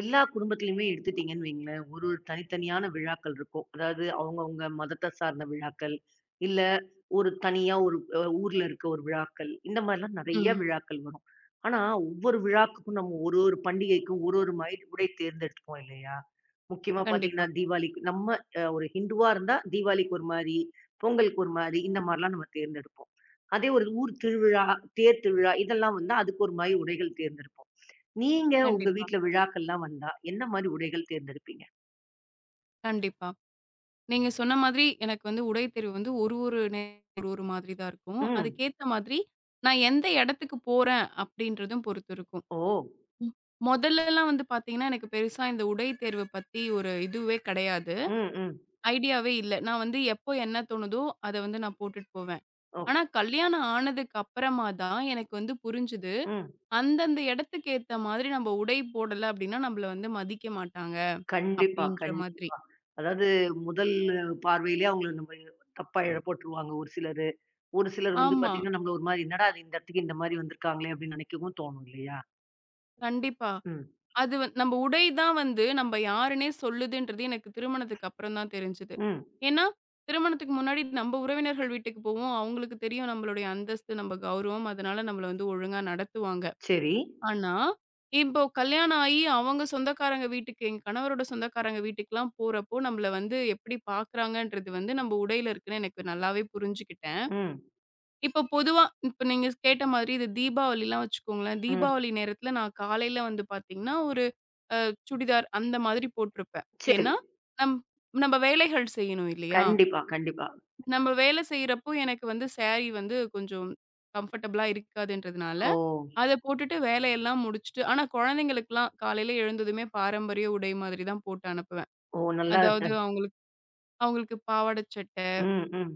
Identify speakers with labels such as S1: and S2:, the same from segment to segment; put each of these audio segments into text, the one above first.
S1: எல்லா குடும்பத்திலயுமே எடுத்துட்டீங்கன்னு வைங்களேன், ஒரு ஒரு தனித்தனியான விழாக்கள் இருக்கும். அதாவது அவங்கவங்க மதத்த சார்ந்த விழாக்கள், இல்ல ஒரு தனியா ஒரு ஊர்ல இருக்க ஒரு விழாக்கள். இந்த மாரிலாம் நெறைய
S2: ம்.
S1: விழாக்கள் வரும். ஆனா ஒவ்வொரு விழாக்குக்கும் நம்ம ஒரு ஒரு பண்டிகைக்கும் ஒரு ஒரு மாரி உடை தேர்ந்தெடுத்துப்போம் இல்லையா? முக்கியமா
S2: கண்டிப்பா,
S1: பாத்தீங்கன்னா, தீபாவளிக்கு நம்ம ஒரு ஹிந்துவா இருந்தா தீபாவளிக்கு ஒரு மாரி, பொங்கலுக்கு ஒரு மாரி இந்த மாரிலாம் நம்ம தேர்ந்தெடுப்போம். அதே ஒரு ஊர் திருவிழா, தேர் திருவிழா இதெல்லாம் வந்தா அதுக்கு ஒரு மாரி உடைகள் தேர்ந்தெடுப்போம். நீங்க உங்க
S2: கண்டிப்பா,
S1: வீட்ல விழாக்கள்லாம் வந்தா, என்ன மாரி உடைகள் தேர்ந்தெடுப்பீங்க?
S2: கண்டிப்பா. நீங்க சொன்ன மாதிரி எனக்கு வந்து உடை தேர்வு வந்து ஒரு ஒரு நே ஒரு ஒரு மாதிரி தான் இருக்கும்.
S1: ம்.
S2: அதுக்கேத்த மாதிரி நான் எந்த இடத்துக்கு போறேன் அப்படின்றதும் பொறுத்து இருக்கும்.
S1: ஓ!
S2: ம். மொதல்லலாம் வந்து பார்த்தீங்கன்னா, எனக்கு பெருசா இந்த உடை தேர்வ பத்தி ஒரு இதுவே கிடையாது.
S1: ம், ம்.
S2: ஐடியாவே இல்ல. நான் வந்து எப்போ என்ன தோணுதோ அத வந்து நான் போட்டுட்டு போவேன்.
S1: ஓக்
S2: ஆனா கல்யாணம் ஆனதுக்கு அப்புறமா தான் எனக்கு வந்து புரிஞ்சுது.
S1: ம்.
S2: அந்தந்த இடத்துக்கு ஏத்த மாதிரி நம்ம உடை போடல அப்படின்னா, நம்மள வந்து மதிக்க மாட்டாங்க
S1: கண்டிப்பா,
S2: அப்படின்ற மாதிரி.
S1: அதாவது முதல் பார்வையிலே அவங்கள நம்ம தப்பா எடை போட்டுருவாங்க ஒரு சிலரு. ஒரு சிலர் வந்து
S2: ஆமா.
S1: பாத்தீங்கன்னா, நம்மள ஒரு மாரி என்னடா அது இந்த இடத்துக்கு இந்த மாரி வந்திருக்காங்களே அப்படின்னு நெனைக்கவும் தோணும் இல்லையா?
S2: கண்டிப்பா.
S1: ம்,
S2: அது வந் நம்ம உடை தான் வந்து நம்ம யாருன்னே சொல்லுதுன்றது எனக்கு திருமணத்துக்கு அப்புறம் தான் தெரிஞ்சது.
S1: ம்.
S2: ஏன்னா, திருமணத்துக்கு முன்னாடி நம்ம உறவினர்கள் வீட்டுக்கு போவோம். அவங்களுக்கு தெரியும் நம்மளுடைய அந்தஸ்து, நம்ம கௌரவம். அதனால நம்மள வந்து ஒழுங்கா நடத்துவாங்க.
S1: சரி.
S2: ஆனா, இப்போ கல்யாணம் ஆயி அவங்க சொந்தக்காரங்க வீட்டுக்கு, எங்க கணவரோட சொந்தக்காரங்க வீட்டுக்குலாம் போறப்போ, நம்மள வந்து எப்படி பார்க்குறாங்கன்றது வந்து நம்ம உடையில இருக்குன்னு எனக்கு நல்லாவே புரிஞ்சுக்கிட்டேன்.
S1: ம்,
S2: இப்போ பொதுவா இப்ப நீங்க கேட்ட மாதிரி இது தீபாவளிலாம் வச்சுக்கோங்களேன்.
S1: ம்.
S2: தீபாவளி நேரத்தில நான் காலையில வந்து பார்த்தீங்கன்னா, ஒரு அ சுடிதார் அந்த மாதிரி போட்டிருப்பேன்.
S1: சரி.
S2: ஏன்னா, நம் நம்ப வேலைகள் செய்யணும் இல்லையா?
S1: கண்டிப்பா, கண்டிப்பா.
S2: நம்ம வேலை செய்றப்போ எனக்கு வந்து சாரி வந்து கொஞ்சம் கம்ஃபர்டபுளா இருக்காதுன்றதுனால,
S1: ஓ!
S2: அத போட்டுட்டு வேலையெல்லாம் முடிச்சுட்டு ஆனா குழந்தைங்களுக்கெல்லாம் காலையில எழுந்ததுமே பாரம்பரிய உடை மாதிரி தான் போட்டு அனுப்புவேன்.
S1: ஓ! நல்லா
S2: அதாவது அவங்களுக்கு அவங்களுக்கு பாவாடை சட்டை,
S1: ம், ம்.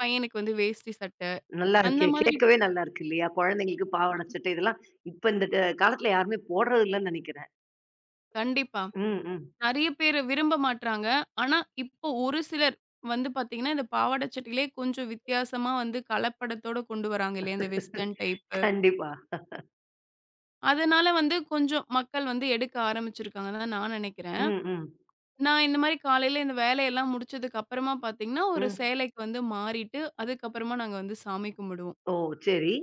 S2: பையனுக்கு வந்து வேஷ்டி சட்டை
S1: நல்லா
S2: அந்த
S1: இருக்கே.
S2: மாதிரி
S1: கேட்கவே நல்லா இருக்கு இல்லையா? குழந்தைங்களுக்கு பாவாடை சட்டை இதெல்லாம் இப்ப இந்த காலத்துல யாருமே போடுறது இல்லன்னு நெனைக்கிறேன்.
S2: கண்டிப்பா.
S1: ம், ம்.
S2: நெறைய பேரு விரும்ப மாட்றாங்க. ஆனா, இப்போ ஒரு சிலர் வந்து பார்த்தீங்கன்னா, இந்த பாவாடை சட்டையிலே கொஞ்சம் வித்தியாசமா வந்து கலப்படத்தோட கொண்டு வராங்க இல்லையா? இந்த வெஸ்டர்ன் டைப்பு.
S1: கண்டிப்பா.
S2: அதனால வந்து கொஞ்சம் மக்கள் வந்து எடுக்க ஆரம்பிச்சிருக்காங்கன்னு தான் நான் நெனைக்கிறேன்.
S1: ம், ம்,
S2: நான் இந்த மாரி காலையில இந்த வேலையெல்லாம் முடிச்சதுக்கு அப்புறமா பார்த்தீங்கன்னா, ஒரு
S1: ம்.
S2: சேலைக்கு வந்து மாறிட்டு, அதுக்கப்புறமா நாங்க வந்து சாமி கும்பிடுவோம்.
S1: ஓ! சரி.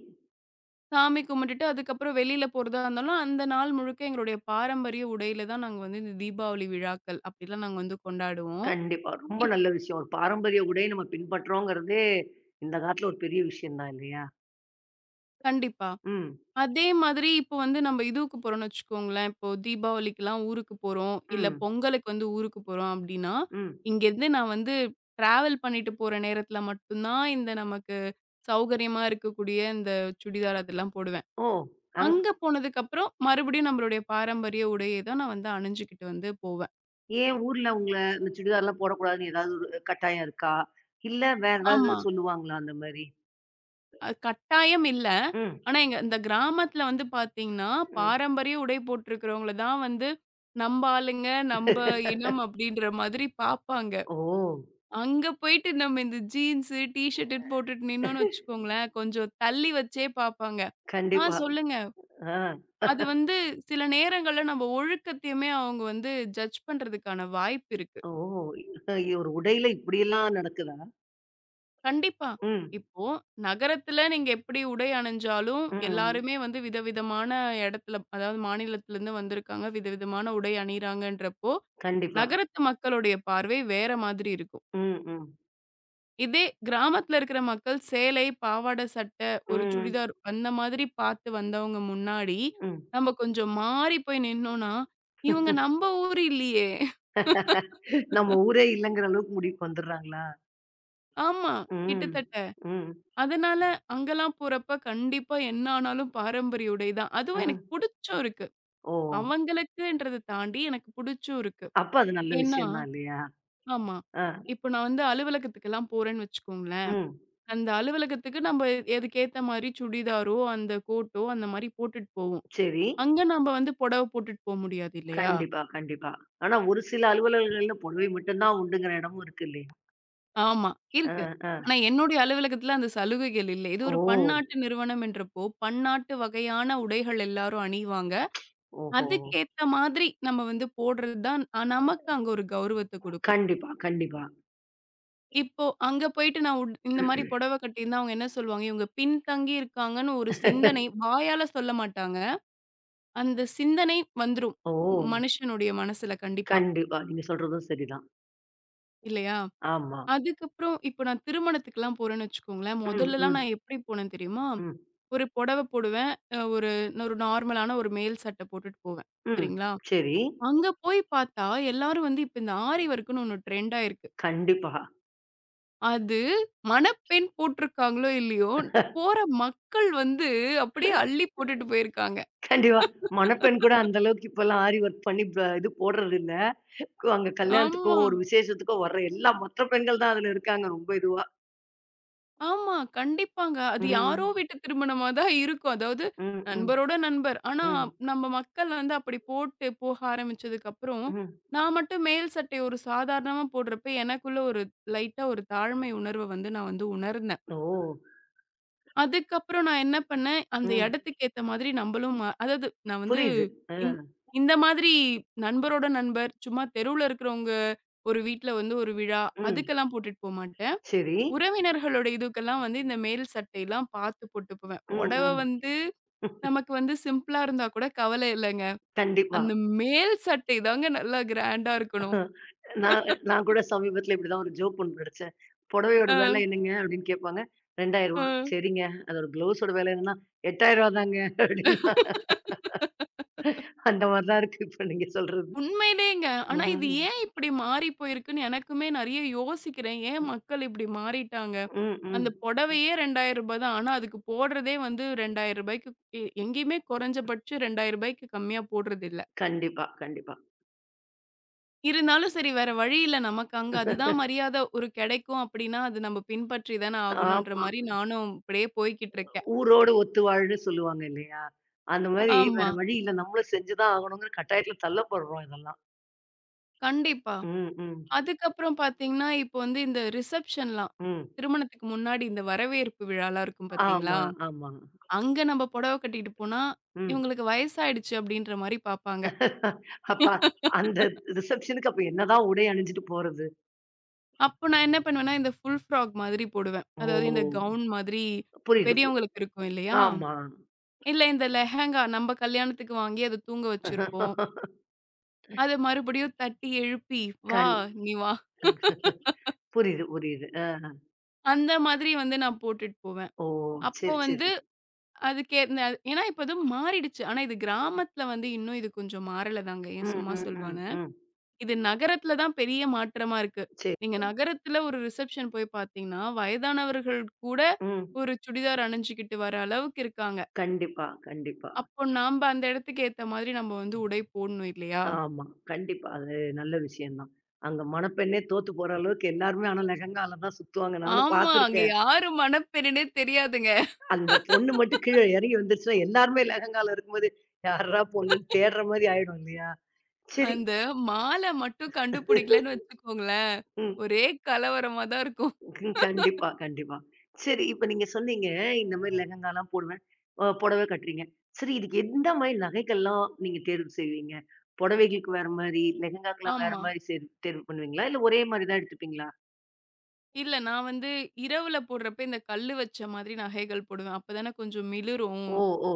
S2: சாமி கும்பிட்டுட்டு அதுக்கப்புறம் வெளியில போறதா இருந்தாலும், அந்த நாள் முழுக்க எங்களுடைய பாரம்பரிய உடையில தான் நாங்க வந்து இந்த தீபாவளி விழாக்கள் அப்படிலாம் நாங்க வந்து கொண்டாடுவோம்.
S1: கண்டிப்பா. ரொம்ப
S2: இப்
S1: நல்ல விஷயம். ஒரு பாரம்பரிய உடை நம்ம பின்பற்றோங்கிறதே, இந்த காலத்துல ஒரு பெரிய விஷயம் தான் இல்லையா?
S2: கண்டிப்பா.
S1: ம்,
S2: அதே மாதிரி இப்போ வந்து நம்ம இதுவுக்கு போறோம்னு வச்சுக்கோங்களேன். இப்போ தீபாவளிக்குலாம் ஊருக்கு போறோம். இல்ல
S1: ம்,
S2: பொங்கலுக்கு வந்து ஊருக்கு போறோம் அப்டின்னா,
S1: ம்.
S2: இங்கேருந்து நான் வந்து ட்ராவல் பண்ணிட்டு போற நேரத்துல மட்டும் தான் இந்த நமக்கு சௌகரியமா இருக்கக்கூடிய இந்த சுடிதார் அதெல்லாம் போடுவேன்.
S1: ஓ! அங்
S2: அங்க போனதுக்கப்புறம் மறுபடியும் நம்மளுடைய பாரம்பரிய உடைய தான் நான் வந்து அணிஞ்சுகிட்டு வந்து போவேன்.
S1: ஏன் ஊர்ல உங்கள இந்த சுடிதார்லாம் போடக்கூடாதுன்னு ஏதாவது ஒரு கட்டாயம் இருக்கா? இல்ல வேற ஏதாவது
S2: ஆமா.
S1: சொல்லுவாங்களா அந்த மாரி?
S2: கட்டாயம் இல்ல.
S1: ம்,
S2: ஆனா, எங்க இந்த கிராமத்துல வந்து பார்த்தீங்கன்னா,
S1: ம்.
S2: பாரம்பரிய உடை போட்டிருக்கிறவங்கள தான் வந்து நம்ப ஆளுங்க, நம்ப இனம் அப்படின்ற மாதிரி பார்ப்பாங்க.
S1: ஓ!
S2: அங்க போயிட்டு நம்ம இந்த ஜீன்ஸு, டீ ஷர்ட்டுன்னு போட்டுட்டு நின்னோம்னு வச்சுக்கோங்களேன், கொஞ்சம் தள்ளி வச்சே பார்ப்பாங்க. ஆ
S1: கண்டிப்பா.
S2: சொல்லுங்க.
S1: ஆ.
S2: அது வந்து சில நேரங்கள்ல நம்ம ஒழுக்கத்தையுமே அவங்க வந்து ஜட்ஜ் பண்றதுக்கான வாய்ப்பு இருக்கு.
S1: ஓ! ஐயோ! ஒரு உடையில இப்படியெல்லாம் நடக்குதா?
S2: கண்டிப்பா.
S1: ம்.
S2: இப்போ நகரத்துல நீங்க எப்படி உடை அணிஞ்சாலும்,
S1: ம்.
S2: எல்லாருமே வந்து விதவிதமான இடத்துல அதாவது மாநிலத்திலருந்து வந்திருக்காங்க. விதவிதமான உடை அணியிறாங்கன்றப்போ,
S1: கண்டிப்பா.
S2: நகரத்து மக்களுடைய பார்வை வேற மாதிரி இருக்கும்.
S1: ம், ம்.
S2: இதே கிராமத்துல இருக்கிற மக்கள் சேலை, பாவாடை சட்டை, ஒரு
S1: ம்,
S2: சுடிதார் அந்த மாதிரி பார்த்து வந்தவங்க முன்னாடி,
S1: ம்.
S2: நம்ம கொஞ்சம் மாறி போய் நின்னோம்னா, இவங்க நம்ம ஊர் இல்லையே!
S1: நம்ம ஊரே இல்லங்கிற அளவுக்கு முடிவுக்கு வந்துடுறாங்களா?
S2: ஆமா.
S1: ம்.
S2: கிட்டத்தட்ட.
S1: ம்.
S2: அதனால அங்கலாம் போறப்ப கண்டிப்பா என்ன ஆனாலும் பாரம்பரிய உடை தான். அதுவும்
S1: ம்.
S2: எனக்கு புடிச்சும் இருக்கு.
S1: ஓ!
S2: அவங்களுக்குன்றத தாண்டி எனக்கு புடிச்சும் இருக்கு.
S1: அப்ப அது நல்ல
S2: ஏன்னா
S1: விஷயம் தான் இல்லையா?
S2: ஆமா.
S1: ஆ.
S2: இப்போ நான் வந்து அலுவலகத்துக்குலாம் போறேன்னு வச்சுக்கோங்களேன்.
S1: ம்.
S2: அந்த அலுவலகத்துக்கு நம்ம அதுக்கேத்த மாரி சுடிதாரோ, அந்த கோட்டோ அந்த மாரி போட்டுட்டு போவோம்.
S1: சரி.
S2: அங்க நம்ம வந்து புடவ போட்டுட்டு போ முடியாது இல்லையா?
S1: கண்டிப்பா, கண்டிப்பா. ஆனா ஒரு சில அலுவலகங்கள்ல புடவை மட்டும் தான் உண்டுங்கிற இடமும் இருக்கு இல்லையா?
S2: ஆமா
S1: ஆ,
S2: இருக்கு.
S1: ஆ.
S2: ஆனா என்னுடைய அலுவலகத்துல அந்த சலுகைகள் இல்ல. இது
S1: ஓ!
S2: ஒரு பன்னாட்டு நிறுவனம்ன்றப்போ, பன்னாட்டு வகையான உடைகள் எல்லாரும் அணிவாங்க.
S1: ஓஹோ!
S2: அதுக்கேத்த மாதிரி நம்ம வந்து போடுறது தான் நமக்கு அங்க ஒரு கௌரவத்த குடுக்கும்.
S1: கண்டிப்பா, கண்டிப்பா.
S2: இப்போ அங்க போயிட்டு நான் உட் இந்த மாரி புடவ கட்டியிருந்தா அவங்க என்ன சொல்லுவாங்க? இவங்க பின்தங்கி இருக்காங்கன்னு ஒரு சிந்தனை வாயால சொல்ல மாட்டாங்க. அந்த சிந்தனை வந்துரும்.
S1: ஓ!
S2: மனுஷனுடைய மனசுல கண்டிப்பா.
S1: கண்டிப்பா. நீங்க சொல்றதும் சரிதான்.
S2: இல்லையா?
S1: ஆமா.
S2: அதுக்கப்புறம் இப்போ நான் திருமணத்துக்குலாம் போறேன்னு வச்சுக்கோங்களேன்.
S1: ம்,
S2: முதல்லலாம்
S1: ம்,
S2: நான் எப்படி போனேன் தெரியுமா?
S1: ம்,
S2: ஒரு புடவ போடுவேன். அ ஒரு ஒரு நார்மலான ஒரு மேல் சட்டை போட்டுட்டு போவேன்.
S1: ம்.
S2: சரிங்களா?
S1: சரி.
S2: அங்க போய் பார்த்தா எல்லாரும் வந்து இப்ப இந்த ஆரி ஒர்க்குன்னு ஒண்ணு ட்ரெண்டா இருக்கு.
S1: கண்டிப்பா.
S2: அது மணப்பெண் போட்டிருக்காங்களோ இல்லையோ, போற மக்கள் வந்து அப்படியே அள்ளி போட்டுட்டு போயிருக்காங்க.
S1: கண்டிப்பா. மணப்பெண் கூட அந்த அளவுக்கு இப்பலாம் ஆரி ஒர்க் பண்ணி இது போடுறதில்ல. அங்க கல்யாணத்துக்கோ,
S2: ஆமா,
S1: ஒரு விசேஷத்துக்கோ வர்ற எல்லா மற்ற பெண்கள் தான் அதுல இருக்காங்க ரொம்ப இதுவா.
S2: ஆமா. கண்டிப்பாங்க. அது யாரோ
S1: ம்.
S2: வீட்டு திருமணமா தான் இருக்கும். அதாவது
S1: ம், ம்,
S2: நண்பரோட நண்பர். ஆனா,
S1: ம்,
S2: நம்ம மக்கள் வந்து அப்படி போட்டு போக ஆரம்பிச்சதுக்கப்புறம்,
S1: ம்.
S2: நான் மட்டும் மேல் சட்டை ஒரு சாதாரணமா போடுறப்ப எனக்குள்ள ஒரு லைட்டா ஒரு தாழ்மை உணர்வ வந்து நான் வந்து உணர்ந்தேன்.
S1: ஓ!
S2: அதுக்கப்புறம் நான் என்ன பண்ணேன், அந்த
S1: ம்.
S2: இடத்துக்கு ஏத்த மாதிரி நம்பளும் மா அதாவது நான் வந்து
S1: புரியுது. அ.
S2: இந் இந்த மாதிரி நண்பரோட நண்பர், சும்மா தெருவுல இருக்கிறவங்க ஒரு வீட்ல வந்து ஒரு விழா,
S1: ம்.
S2: அதுக்கெல்லாம் போட்டுட்டு போமாட்டேன்.
S1: சரி.
S2: உறவினர்களோட இதுக்கெல்லாம் வந்து இந்த மேல் சட்டைலாம் பார்த்து போட்டு போவேன்.
S1: ம்,
S2: புடவ
S1: ம்.
S2: வந்து நமக்கு வந்து சிம்பிளா இருந்தா கூட கவலை இல்லங்க.
S1: கண்டிப்பா.
S2: அந்த மேல் சட்டை தாங்க நல்லா கிராண்டா இருக்கணும்.
S1: அ நான் நான் கூட சமீபத்தில இப்படிதான் ஒரு ஜோக் ஒண்ணு படிச்சேன். "புடவையோட விலை
S2: அ,
S1: என்னங்க?" அப்படின்னு கேட்பாங்க. "ரூ. 2000"
S2: அ.
S1: "சரிங்க. அதோட ப்ளவுஸோட விலை என்னன்னா, ரூ. 8000 தாங்க" அப்படின்னா, அந்த மாரி தான் இருக்கு இப்ப நீங்க சொல்றது.
S2: உண்மையிலேங்க. ஆனா இது
S1: ம்.
S2: ஏன் இப்படி மாறி போயிருக்குன்னு எனக்குமே நெறைய யோசிக்கிறேன். ஏன் மக்கள் இப்படி மாறிட்டாங்க?
S1: ம், ம்.
S2: அந்த புடவையே ரூ. 2000 தான். ஆனா அதுக்கு போடுறதே வந்து ரூ. 2000க்கு எங்கேயுமே குறைஞ்சபட்சம் ரூ. 2000க்கு கம்மியா போடுறதில்ல.
S1: கண்டிப்பா, கண்டிப்பா.
S2: இருந்தாலும் சரி வேற வழி இல்ல நமக்கு அங்க அதுதான் மரியாதை ஒரு கிடைக்கும் அப்படின்னா, அது நம்ம பின்பற்றி தானே ஆகணுன்ற
S1: ஆமா.
S2: மாரி நானும் அப்படியே போய்க்கிட்டு இருக்கேன்.
S1: ஊரோடு ஒத்து வாழ்ன்னு சொல்லுவாங்க இல்லையா? அந்த மாரி
S2: ஆமா,
S1: வேற வழி இல்ல. நம்மளும் செஞ்சு தான் ஆகணுங்கிற கட்டாயத்தில தள்ளப்படுறோம் இதெல்லாம்.
S2: கண்டிப்பா.
S1: ம், ம்,
S2: அதுக்கப்புறம் பார்த்தீங்கன்னா, இப்போ வந்து இந்த ரிசப்ஷன்லாம்
S1: ம்.
S2: திருமணத்துக்கு முன்னாடி இந்த வரவேற்பு விழாலாம் இருக்கும் பார்த்தீங்களா?
S1: ஆமா, ஆமா.
S2: அங்க நம்ம புடவை கட்டிட்டு போனா,
S1: ம்.
S2: இவங்களுக்கு வயசாயிடுச்சு அப்படின்ற மாரி பார்ப்பாங்க.
S1: அப்ப அந்த ரிசப்ஷனுக்கு அப்ப என்னதான் உடை அணிஞ்சுட்டு போறது?
S2: அப்போ நான் என்ன பண்ணுவேன்னா, இந்த ஃபுல் ஃப்ராக் மாதிரி போடுவேன். அதாவது இந்த
S1: ஓ!
S2: கவுன் மாதிரி
S1: புரியுது, புரி
S2: பெரியவங்களுக்கு இருக்கும் இல்லையா?
S1: ஆமா.
S2: இல்ல இந்த லெஹெங்கா நம்ம கல்யாணத்துக்கு வாங்கி அத தூங்க வச்சிருப்போம். அத மறுபடியும் தட்டி எழுப்பி, "வா
S1: கண்
S2: நீ வா"
S1: புரியுது, புரியுது. ஆ.
S2: அந்த மாதிரி வந்து நான் போட்டுட்டு போவேன்.
S1: ஓ!
S2: அப்போ
S1: சரி,
S2: வந்து
S1: சரி.
S2: அதுக்கே இந்த- ஏன்னா இப்ப அது மாறிடுச்சு. ஆனா இது கிராமத்துல வந்து இன்னும் இது கொஞ்சம் மாறல தாங்க. ஏன்
S1: ம்,
S2: சும்மா
S1: ம், ம்,
S2: சொல்வானா?
S1: ம்.
S2: இது நகரத்துல தான் பெரிய மாற்றமா இருக்கு.
S1: சரி.
S2: நீங்க நகரத்துல ஒரு ரிசப்ஷன் போய் பார்த்தீங்கன்னா, வயதானவர்கள் கூட
S1: ம்.
S2: ஒரு சுடிதார் அணிஞ்சுகிட்டு வர அளவுக்கு இருக்காங்க.
S1: கண்டிப்பா, கண்டிப்பா.
S2: அப்போ நாம்ப அந்த இடத்துக்கு ஏத்த மாதிரி நம்ம வந்து உடை போடணும் இல்லையா?
S1: ஆமா. கண்டிப்பா. அது நல்ல விஷயம் தான். அங்க மணப்பெண்ணே தோத்து போற அளவுக்கு எல்லாருமே ஆனா லெஹெங்கால தான் சுத்துவாங்க. நானும்
S2: ஆமா. அங்க
S1: பார்த்துருக்கேன்.
S2: யாரு மணப்பெண்ணுன்னே தெரியாதுங்க.
S1: அந்த பொண்ணு மட்டும் கீழ இறங்கி வந்துருச்சுன்னா, எல்லாருமே லெஹெங்கால இருக்கும்போது, யார்றா பொண்ணுன்னு தேடுற மாரி ஆயிடும் இல்லையா? சரி
S2: அந்த மாலை மட்டும் கண்டுபிடிக்கலன்னு வச்சுக்கோங்களேன்,
S1: ம்.
S2: ஒரே கலவரமா தான் இருக்கும்.
S1: ம், கண்டிப்பா, கண்டிப்பா. சரி, இப்ப நீங்க சொன்னீங்க, இந்த மாரி லெஹெங்காலாம் போடுவேன். புடவை கட்டுறீங்க. சரி, இதுக்கு எந்த மாரி நகைகள்லாம் நீங்க தேர்வு செய்வீங்க? புடவைகளுக்கு வேற மாரி, லெஹெங்காக்கெல்லாம் வேற
S2: ஆமா.
S1: மாரி தேர்வு பண்ணுவீங்களா? இல்ல ஒரே மாரி தான் எடுத்துப்பீங்களா?
S2: இல்ல நான் வந்து இரவுல போடுறப்ப இந்த கல்லு வச்ச மாதிரி நகைகள் போடுவேன். அப்பதானே கொஞ்சம் மிளிரும்.
S1: ஓ! ஓ!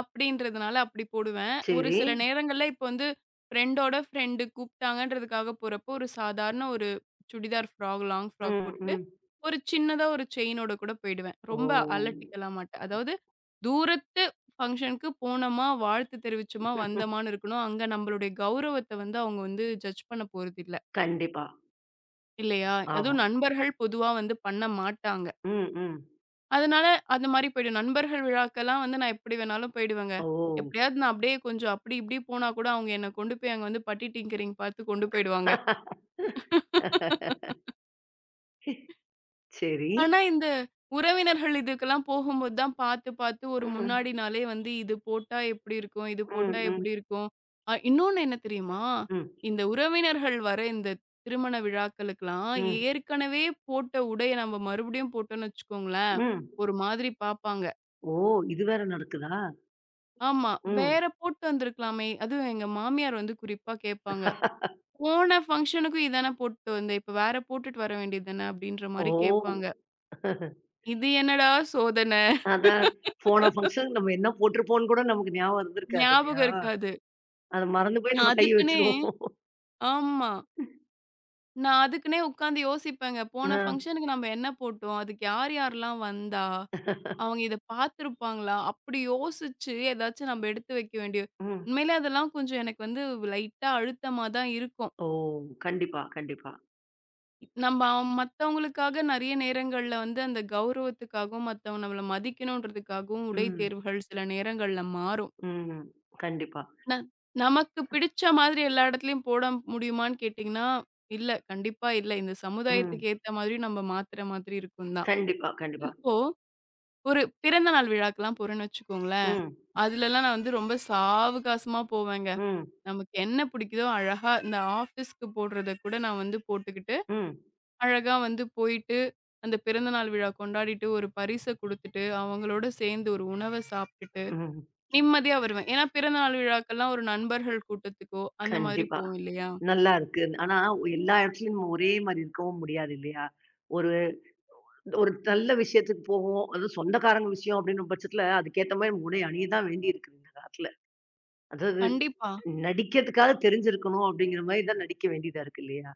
S2: அப்படின்றதுனால அப்படி போடுவேன். ஒரு
S1: சரி.
S2: சில நேரங்கள்ல இப்ப வந்து ஃப்ரெண்டோட ஃப்ரெண்டு கூப்பிட்டாங்கன்றதுக்காக போறப்போ, ஒரு சாதாரண ஒரு சுடிதார் ஃப்ராக், லாங் ஃப்ராக்
S1: ம்,
S2: போட்டுட்டு,
S1: ம்.
S2: ஒரு சின்னதா ஒரு செயினோட கூட போயிடுவேன்.
S1: ஓ!
S2: ரொம்ப அலட்டிக்கலாம் மாட்டேன். அதாவது தூரத்து ஃபங்ஷனுக்கு போனோமா, வாழ்த்து தெரிவிச்சோமா, வந்தோமான்னு இருக்கணும். அங்க நம்மளுடைய கௌரவத்த வந்து அவங்க வந்து ஜட்ஜ் பண்ண போறதில்ல.
S1: கண்டிப்பா.
S2: இல்லையா?
S1: ஆமா.
S2: அதுவும் நண்பர்கள் பொதுவா வந்து பண்ண மாட்டாங்க.
S1: ம், ம்.
S2: அதனால அந்த மாரி போயிடும். நண்பர்கள் விழாக்கெல்லாம் வந்து நான் எப்படி வேணாலும் போயிடுவேங்க.
S1: ஓ!
S2: எப்படியாவது நான் அப்படியே கொஞ்சம் அப்படி இப்படி போனா கூட அவங்க என்ன கொண்டு போய் அங்க வந்து பட்டி டிங்கரிங் பார்த்து கொண்டு போயிடுவாங்க.
S1: சரி.
S2: ஆனா இந்த உறவினர்கள் இதுக்கெல்லாம் போகும்போது தான் பார்த்து பார்த்து ஒரு
S1: ம்.
S2: முன்னாடி நாளே வந்து இது போட்டா எப்படி இருக்கும்? இது
S1: ம்,
S2: போட்டா
S1: ம்,
S2: எப்படி இருக்கும்? இன்னொன்னு என்ன தெரியுமா?
S1: ம்,
S2: இந்த உறவினர்கள் வர இந்த திருமண விழாக்களுக்கெல்லாம்
S1: ம்,
S2: ஏற்கனவே போட்ட உடைய நம்ம மறுபடியும் போட்டோம்னு வச்சுக்கோங்களேன்,
S1: ம்.
S2: ஒரு மாதிரி பார்ப்பாங்க.
S1: ஓ! இது வேற நடக்குதா?
S2: ஆமா.
S1: ம்.
S2: வேற போட்டு வந்திருக்கலாமே! அதுவும் எங்க மாமியார் வந்து குறிப்பா கேட்பாங்க. போன ஃபங்ஷனுக்கும் இதானே போட்டு வந்த. இப்ப வேற போட்டுட்டு வர வேண்டியது தானே! அப்பிடின்ற
S1: ஓ!
S2: மாரி கேட்பாங்க. இது என்னடா சோதனை!
S1: அதான் போன ஃபங்ஷனுக்கு நம்ம என்ன போட்டிருப்போம்ன்னு கூட நமக்கு ஞாபகம் இருந்திருக்காது
S2: ஞாபகம்
S1: இல்லையா?
S2: இருக்காது.
S1: அத மறந்து போய்
S2: நான்
S1: நம்ம கைய
S2: அதுக்குன்னே
S1: வச்சுருவோம்.
S2: ஆமா. நான் அதுக்குன்னே உட்காந்து யோசிப்பேங்க. போன
S1: ஆ.
S2: ஃபங்ஷனுக்கு நம்ம என்ன போட்டோம்? அதுக்கு யார் யார்லாம் வந்தா? அவங்க இத பார்த்துருப்பாங்களா? அப்பிடி யோசிச்சு ஏதாச்சும் நம்ம எடுத்து வைக்க வேண்டிய
S1: ம்.
S2: உண்மையிலே அதெல்லாம் கொஞ்சம் எனக்கு வந்து லைட்டா அழுத்தமா தான் இருக்கும்.
S1: ஓ! கண்டிப்பா, கண்டிப்பா.
S2: மத்தவங்களுக்காக நெறைய நேரங்கள்ல வந்து அந்த கௌரவத்துக்காகவும், மத்தவங்க நம்மள மதிக்கணுன்றதுக்காகவும் உடை
S1: ம்.
S2: தேர்வுகள் சில நேரங்கள்ல மாறும்.
S1: ம். கண்டிப்பா.
S2: ந நமக்கு பிடிச்ச மாதிரி எல்லா இடத்துலயும் போட முடியுமான்னு கேட்டீங்கன்னா, இல்ல. கண்டிப்பா இல்ல. இந்த
S1: ம்.
S2: சமுதாயத்துக்கு ஏத்த மாதிரி நம்ம மாத்துற மாதிரி இருக்கும் தான்.
S1: கண்டிப்பா, கண்டிப்பா.
S2: இப்போ ஒரு பிறந்த நாள் விழாக்கெல்லாம் போறேன்னு வச்சுக்கோங்களேன்,
S1: ம்.
S2: அதுலலாம் நான் வந்து ரொம்ப சாவகாசமா போவேங்க.
S1: ம்.
S2: நமக்கு என்ன பிடிக்குதோ அழகா இந்த ஆஃபீஸ்க்கு போடுறத கூட நான் வந்து போட்டுக்கிட்டு
S1: ம்.
S2: அழகா வந்து போயிட்டு, அந்த பிறந்த நாள் விழா கொண்டாடிட்டு, ஒரு பரிச குடுத்துட்டு, அவங்களோட சேர்ந்து ஒரு உணவ சாப்ட்டுட்டு,
S1: ம்.
S2: நிம்மதியா வருவேன். ஏன்னா பிறந்த நாள் விழாக்கெல்லாம் ஒரு நண்பர்கள் கூட்டத்துக்கோ, அந்த மாதிரி
S1: கண்டிப்பா.
S2: போவோம் இல்லையா?
S1: நல்லா இருக்கு. ஆனா எல்லா இடத்துலயும் நம்ம ஒரே மாரி இருக்கவும் முடியாது இல்லையா? ஒரு ஒரு நல்ல விஷயத்துக்கு போவோம். அதுவும் சொந்தக்காரங்க விஷயம் அப்டின்ற பட்சத்துல, அதுக்கேத்த மாரி உடை அணிய தான் வேண்டியிருக்கு இந்த காலத்துல. அதாவது
S2: கண்டிப்பா,
S1: நடிக்கிறதுக்காக தெரிஞ்சிருக்கணும் அப்டிங்கிற மாரி தான் நடிக்க வேண்டியதா இருக்கு இல்லையா?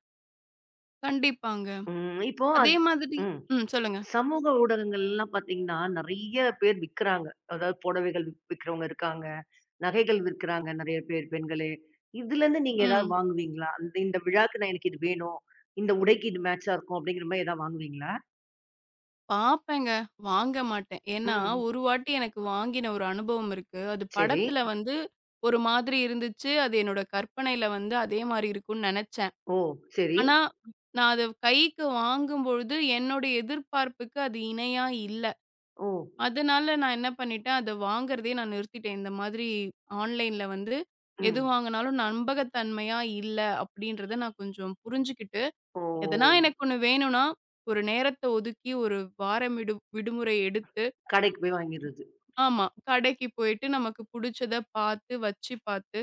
S2: கண்டிப்பாங்க.
S1: ம். இப்போ
S2: அதே
S1: அது
S2: மாதிரி
S1: ம்.
S2: ம். சொல்லுங்க.
S1: சமூக ஊடகங்கள்லாம் பாத்தீங்கன்னா, நெறைய பேர் விக்கிறாங்க. அதாவது புடவைகள் விக்கிறவங்க இருக்காங்க. நகைகள் விற்கிறாங்க நெறைய பேர் பெண்களே. இதுலருந்து நீங்க ஏதாவது
S2: ம்.
S1: வாங்குவீங்களா? அந்த இந்த விழாக்கு நான் எனக்கு இது வேணும். இந்த உடைக்கு இது மேட்சா இருக்கும் அப்டிங்கிற மாரி ஏதாவது வாங்குவீங்களா?
S2: பாப்பேங்க. வாங்க மாட்டேன். ஏன்னா,
S1: ம்.
S2: ஒரு வாட்டி எனக்கு வாங்கின ஒரு அனுபவம் இருக்கு. அது
S1: சரி.
S2: படத்துல வந்து ஒரு மாதிரி இருந்துச்சு. அது என்னோட கற்பனையில வந்து அதே மாரி இருக்கும்னு நெனச்சேன்.
S1: ஓ! சரி.
S2: ஆனா, நான் அத கைக்கு வாங்கும்பொழுது, என்னோட எதிர்பார்ப்புக்கு அது இணையா இல்ல.
S1: ஓ!
S2: அதனால நான் என்ன பண்ணிட்டேன், அத வாங்குறதே நான் நிறுத்திட்டேன். இந்த மாதிரி ஆன்லைன்ல வந்து எது
S1: ம்.
S2: வாங்குனாலும் நம்பகத்தன்மையா இல்ல அப்படின்றத நான் கொஞ்சம் புரிஞ்சுக்கிட்டு, எதனா
S1: ஓ!
S2: எனக்கு ஒண்ணு வேணும்னா, ஒரு நேரத்த ஒதுக்கி, ஒரு வாரம் விடுமுறை எடுத்து
S1: கடைக்கு போய் வாங்கிர்றது.
S2: ஆமா. கடைக்கு போயிட்டு நமக்கு புடிச்சத பாத்து, வச்சு பாத்து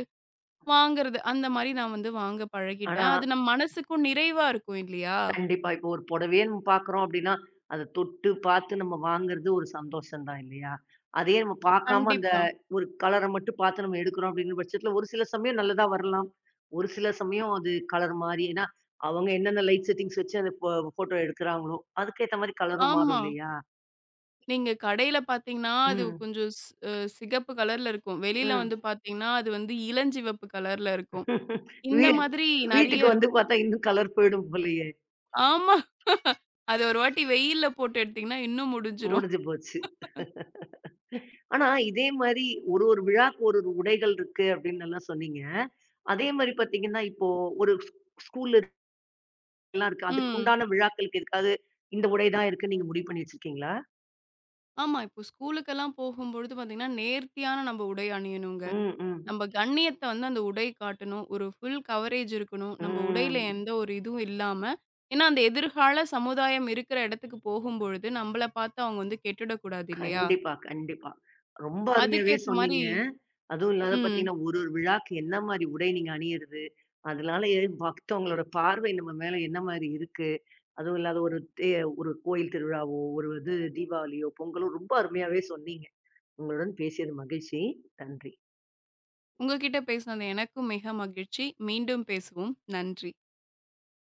S2: வாங்குறது. அந்த மாரி நான் வந்து வாங்க
S1: ஆனா,
S2: பழகிட்டேன். அது நம்ம மனசுக்கும் நிறைவா இருக்கும் இல்லையா?
S1: கண்டிப்பா இப்போ ஒரு புடவையே நம்ம பார்க்குறோம் அப்படின்னா, அத தொட்டு பார்த்து நம்ம வாங்குறது ஒரு சந்தோஷம் தான் இல்லையா? அதே நம்ம பார்க்காம அந்த
S2: கண்டிப்பா.
S1: ஒரு கலர மட்டும் பார்த்து நம்ம எடுக்கிறோம் அப்படிங்கிற பட்சத்துல, ஒரு சில சமயம் நல்லதா வரலாம். ஒரு சில சமயம் அது கலர் மாறி ஏன்னா, அவங்க என்னென்ன லைட் செட்டிங்ஸ் வச்சு அந்த ஃபோட்டோ எடுக்குறாங்களோ, அதுக்கேத்த மாரி கலரும்
S2: ஆமா.
S1: மாறும் இல்லையா?
S2: நீங்க கடையில பார்த்தீங்கன்னா, அது
S1: ம்.
S2: கொஞ்சம் ஸ் அ சிகப்பு கலர்ல இருக்கும். வெளியில
S1: ம்.
S2: வந்து பார்த்தீங்கன்னா, அது வந்து இளஞ்சிவப்பு கலர்ல இருக்கும். இந்த
S1: வீ
S2: மாதிரி
S1: வீட்டுக்கு
S2: நெறைய
S1: வந்து
S2: இருக்கும்.
S1: பார்த்தா இன்னும் கலர் போயிடும் போலயே.
S2: ஆமா. அது ஒரு வாட்டி வெயில்ல போட்டு எடுத்தீங்கன்னா, இன்னும் முடிஞ்சிரும்.
S1: முடிஞ்சு போச்சு. ஆனா, இதே மாரி ஒரு ஒரு விழாக்கு ஒரு ஒரு உடைகள் இருக்கு அப்படின்னு நல்லா சொன்னீங்க. அதே மாரி பாத்தீங்கன்னா, இப்போ ஒரு ஸ்கூல்ல எல்லாம் இருக்கு. அதுக்கு
S2: ம்.
S1: உண்டான விழாக்களுக்கு எதுக்காவது இந்த உடை தான் இருக்குன்னு நீங்க முடிவு பண்ணி வச்சிருக்கீங்களா?
S2: ஆமா. இப்போ ஸ்கூலுக்கெல்லாம் போகும்பொழுது பார்த்தீங்கன்னா, நேர்த்தியான நம்ம உடை அணியணுங்க.
S1: ம், ம்,
S2: நம்ம கண்ணியத்த வந்து அந்த உடை காட்டணும். ஒரு ஃபுல் கவரேஜ் இருக்கணும். நம்ம உடையில
S1: ம்.
S2: எந்த ஒரு இதுவும் இல்லாம, ஏன்னா அந்த எதிர்கால சமுதாயம் இருக்கிற இடத்துக்கு போகும்பொழுது, நம்மள பார்த்து அவங்க வந்து கெட்டுடக்கூடாது இல்லையா?
S1: கண்டிப்பா, கண்டிப்பா. ரொம்ப அருமையாவே
S2: அதுக்கேத்த மாரி
S1: சொன்னீங்க. அதுவும் இல்லாத
S2: ம்.
S1: பாத்தீங்கன்னா, ஒரு ஒரு விழாக்கு என்ன மாரி உடை நீங்க அணியிறது, அதனால பக்தவங்களோட பார்வை நம்ம மேல என்ன மாரி இருக்கு, அதுவும் இல்லாத ஒரு ஒரு கோயில் திருவிழாவோ, ஒரு இது தீபாவளியோ, பொங்கலோ ரொம்ப அருமையாவே சொன்னீங்க. உங்களுடன் பேசியது மகிழ்ச்சி. நன்றி.
S2: உங்ககிட்ட பேசினது எனக்கும் மிக மகிழ்ச்சி. மீண்டும் பேசுவோம். நன்றி.